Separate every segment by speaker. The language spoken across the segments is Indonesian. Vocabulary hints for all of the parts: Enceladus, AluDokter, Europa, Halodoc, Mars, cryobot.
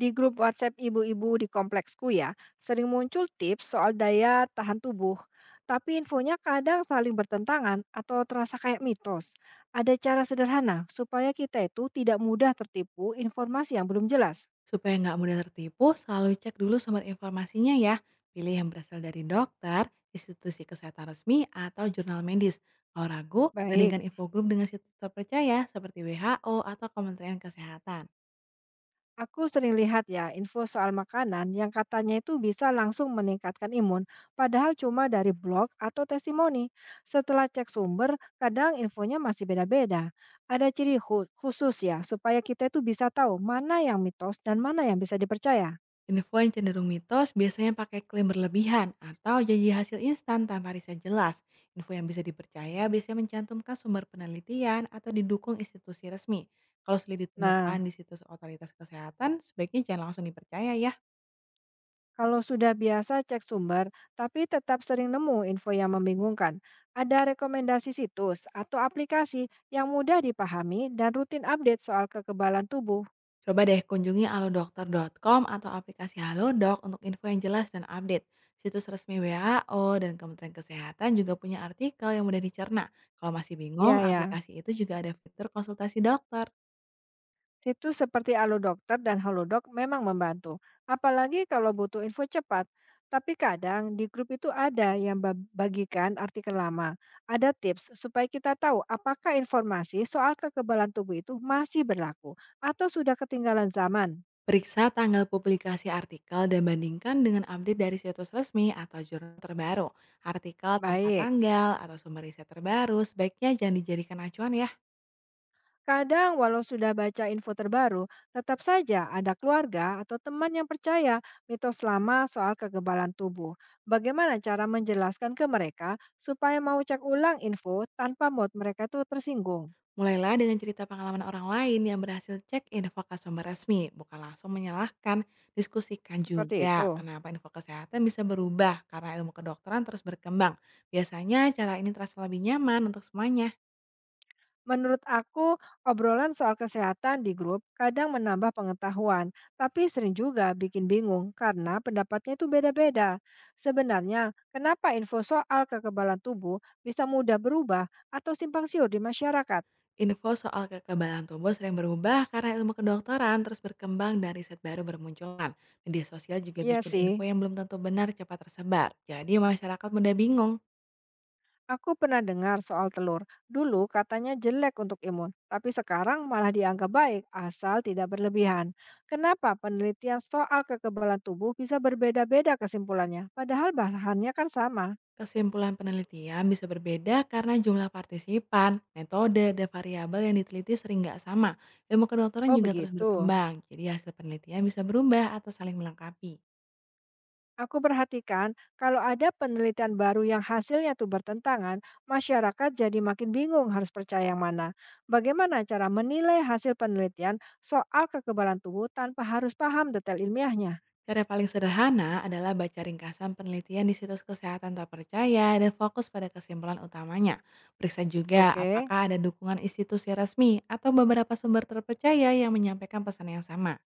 Speaker 1: Di grup WhatsApp ibu-ibu di kompleksku ya, sering muncul tips soal daya tahan tubuh. Tapi infonya kadang saling bertentangan atau terasa kayak mitos. Ada cara sederhana supaya kita itu tidak mudah tertipu informasi yang belum jelas.
Speaker 2: Supaya nggak mudah tertipu, selalu cek dulu sumber informasinya ya. Pilih yang berasal dari dokter, institusi kesehatan resmi, atau jurnal medis. Kalau ragu,
Speaker 1: Baik.
Speaker 2: bandingkan info grup dengan situs terpercaya seperti WHO atau Kementerian Kesehatan.
Speaker 1: Aku sering lihat ya info soal makanan yang katanya itu bisa langsung meningkatkan imun, padahal cuma dari blog atau testimoni. Setelah cek sumber, kadang infonya masih beda-beda. Ada ciri khusus ya supaya kita itu bisa tahu mana yang mitos dan mana yang bisa dipercaya.
Speaker 2: Info yang cenderung mitos biasanya pakai klaim berlebihan atau janji hasil instan tanpa riset jelas. Info yang bisa dipercaya biasanya mencantumkan sumber penelitian atau didukung institusi resmi. Kalau sulit
Speaker 1: Nah,
Speaker 2: ditemukan di situs otoritas kesehatan, sebaiknya jangan langsung dipercaya ya.
Speaker 1: kalau sudah biasa cek sumber, tapi tetap sering nemu info yang membingungkan, ada rekomendasi situs atau aplikasi yang mudah dipahami dan rutin update soal kekebalan tubuh.
Speaker 2: Coba deh kunjungi alodokter.com atau aplikasi Halodoc untuk info yang jelas dan update. Situs resmi WHO dan Kementerian Kesehatan juga punya artikel yang mudah dicerna. Kalau masih bingung,
Speaker 1: Ya, ya.
Speaker 2: aplikasi itu juga ada fitur konsultasi dokter.
Speaker 1: Situs seperti AluDokter dan Halodoc memang membantu, apalagi kalau butuh info cepat. Tapi kadang di grup itu ada yang bagikan artikel lama. Ada tips supaya kita tahu apakah informasi soal kekebalan tubuh itu masih berlaku atau sudah ketinggalan zaman.
Speaker 2: Periksa tanggal publikasi artikel dan bandingkan dengan update dari situs resmi atau jurnal terbaru. Artikel tanpa
Speaker 1: Baik.
Speaker 2: tanggal atau sumber riset terbaru sebaiknya jangan dijadikan acuan ya.
Speaker 1: Kadang, walau sudah baca info terbaru, tetap saja ada keluarga atau teman yang percaya mitos lama soal kegebalan tubuh. Bagaimana cara menjelaskan ke mereka supaya mau cek ulang info tanpa mood mereka tuh tersinggung?
Speaker 2: Mulailah dengan cerita pengalaman orang lain yang berhasil cek info ke sumber resmi, bukan langsung menyalahkan. Diskusikan
Speaker 1: Seperti
Speaker 2: juga
Speaker 1: itu.
Speaker 2: kenapa info kesehatan bisa berubah karena ilmu kedokteran terus berkembang. Biasanya cara ini terasa lebih nyaman untuk semuanya.
Speaker 1: Menurut aku, obrolan soal kesehatan di grup kadang menambah pengetahuan, tapi sering juga bikin bingung karena pendapatnya itu beda-beda. Sebenarnya, kenapa info soal kekebalan tubuh bisa mudah berubah atau simpang siur di masyarakat?
Speaker 2: Info soal kekebalan tubuh sering berubah karena ilmu kedokteran terus berkembang dan riset baru bermunculan. Media sosial juga
Speaker 1: Iya
Speaker 2: bikin info
Speaker 1: sih,
Speaker 2: yang belum tentu benar cepat tersebar. Jadi masyarakat mudah bingung.
Speaker 1: aku pernah dengar soal telur. Dulu katanya jelek untuk imun, tapi sekarang malah dianggap baik asal tidak berlebihan. Kenapa penelitian soal kekebalan tubuh bisa berbeda-beda kesimpulannya, padahal bahannya kan sama?
Speaker 2: Kesimpulan penelitian bisa berbeda karena jumlah partisipan, metode, dan variabel yang diteliti sering nggak sama. Ilmu kedokteran
Speaker 1: Oh
Speaker 2: juga terus
Speaker 1: begitu.
Speaker 2: berkembang, jadi hasil penelitian bisa berubah atau saling melengkapi.
Speaker 1: Aku perhatikan kalau ada penelitian baru yang hasilnya tuh bertentangan, masyarakat jadi makin bingung harus percaya yang mana. Bagaimana cara menilai hasil penelitian soal kekebalan tubuh tanpa harus paham detail ilmiahnya?
Speaker 2: Cara paling sederhana adalah baca ringkasan penelitian di situs kesehatan terpercaya dan fokus pada kesimpulan utamanya. Periksa juga
Speaker 1: Oke,
Speaker 2: apakah ada dukungan institusi resmi atau beberapa sumber terpercaya yang menyampaikan pesan yang sama.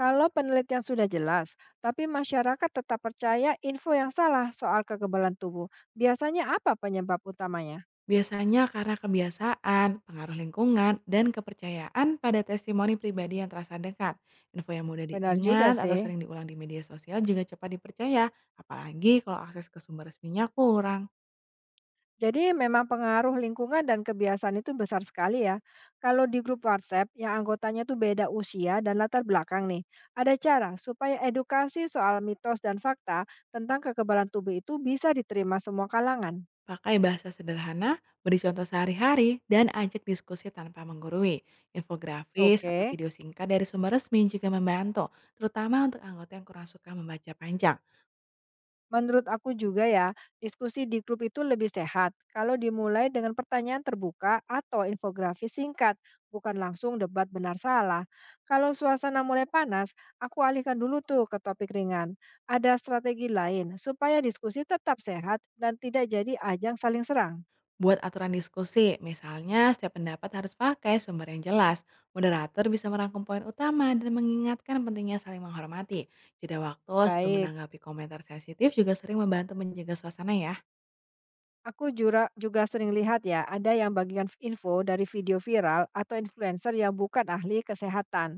Speaker 1: kalau penelitian sudah jelas, tapi masyarakat tetap percaya info yang salah soal kekebalan tubuh, biasanya apa penyebab utamanya?
Speaker 2: Biasanya karena kebiasaan, pengaruh lingkungan, dan kepercayaan pada testimoni pribadi yang terasa dekat. Info yang mudah
Speaker 1: Benar juga
Speaker 2: diingat atau
Speaker 1: sih.
Speaker 2: sering diulang di media sosial juga cepat dipercaya, apalagi kalau akses ke sumber resminya kurang.
Speaker 1: Jadi memang pengaruh lingkungan dan kebiasaan itu besar sekali ya. Kalau di grup WhatsApp yang anggotanya tuh beda usia dan latar belakang nih, ada cara supaya edukasi soal mitos dan fakta tentang kekebalan tubuh itu bisa diterima semua kalangan.
Speaker 2: Pakai bahasa sederhana, beri contoh sehari-hari, dan ajak diskusi tanpa menggurui. Infografis atau
Speaker 1: Oke.
Speaker 2: video singkat dari sumber resmi juga membantu, terutama untuk anggota yang kurang suka membaca panjang.
Speaker 1: Menurut aku juga ya, diskusi di grup itu lebih sehat kalau dimulai dengan pertanyaan terbuka atau infografis singkat, bukan langsung debat benar salah. Kalau suasana mulai panas, aku alihkan dulu tuh ke topik ringan. Ada strategi lain supaya diskusi tetap sehat dan tidak jadi ajang saling serang.
Speaker 2: Buat aturan diskusi, misalnya setiap pendapat harus pakai sumber yang jelas. Moderator bisa merangkum poin utama dan mengingatkan pentingnya saling menghormati. Jeda waktu sebelum
Speaker 1: Baik,
Speaker 2: menanggapi komentar sensitif juga sering membantu menjaga suasana ya.
Speaker 1: aku juga sering lihat ya, ada yang bagikan info dari video viral atau influencer yang bukan ahli kesehatan.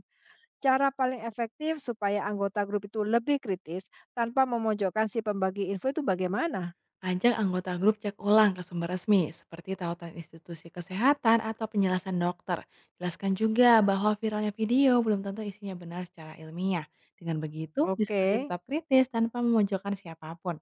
Speaker 1: Cara paling efektif supaya anggota grup itu lebih kritis tanpa memojokkan si pembagi info itu bagaimana?
Speaker 2: Ajak anggota grup cek ulang ke sumber resmi, seperti tautan institusi kesehatan atau penjelasan dokter. Jelaskan juga bahwa viralnya video belum tentu isinya benar secara ilmiah. Dengan begitu,
Speaker 1: Oke,
Speaker 2: diskusi tetap kritis tanpa memojokkan siapapun.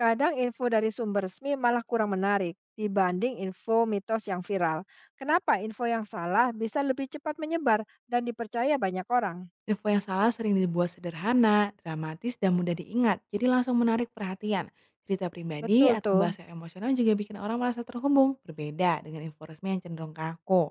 Speaker 1: kadang info dari sumber resmi malah kurang menarik dibanding info mitos yang viral. Kenapa info yang salah bisa lebih cepat menyebar dan dipercaya banyak orang?
Speaker 2: Info yang salah sering dibuat sederhana, dramatis, dan mudah diingat, jadi langsung menarik perhatian. Cerita pribadi
Speaker 1: Betul
Speaker 2: atau
Speaker 1: tuh.
Speaker 2: bahasa emosional juga bikin orang merasa terhubung, berbeda dengan info resmi yang cenderung kaku.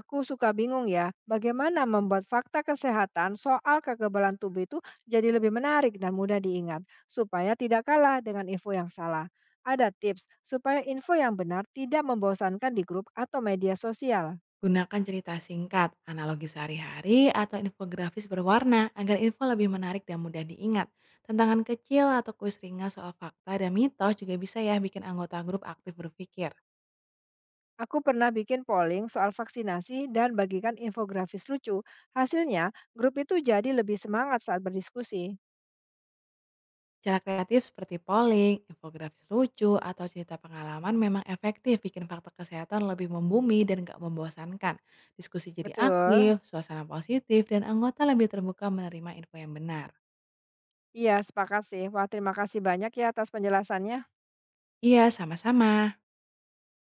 Speaker 1: Aku suka bingung ya, bagaimana membuat fakta kesehatan soal kekebalan tubuh itu jadi lebih menarik dan mudah diingat, supaya tidak kalah dengan info yang salah. Ada tips supaya info yang benar tidak membosankan di grup atau media sosial.
Speaker 2: Gunakan cerita singkat, analogi sehari-hari, atau infografis berwarna agar info lebih menarik dan mudah diingat. Tantangan kecil atau kuis ringan soal fakta dan mitos juga bisa ya bikin anggota grup aktif berpikir.
Speaker 1: Aku pernah bikin polling soal vaksinasi dan bagikan infografis lucu. Hasilnya, grup itu jadi lebih semangat saat berdiskusi.
Speaker 2: Cara kreatif seperti polling, infografis lucu, atau cerita pengalaman memang efektif bikin fakta kesehatan lebih membumi dan gak membosankan. Diskusi jadi
Speaker 1: Betul.
Speaker 2: aktif, suasana positif, dan anggota lebih terbuka menerima info yang benar.
Speaker 1: Iya, sepakat sih. Wah, terima kasih banyak ya atas penjelasannya.
Speaker 2: Iya, sama-sama.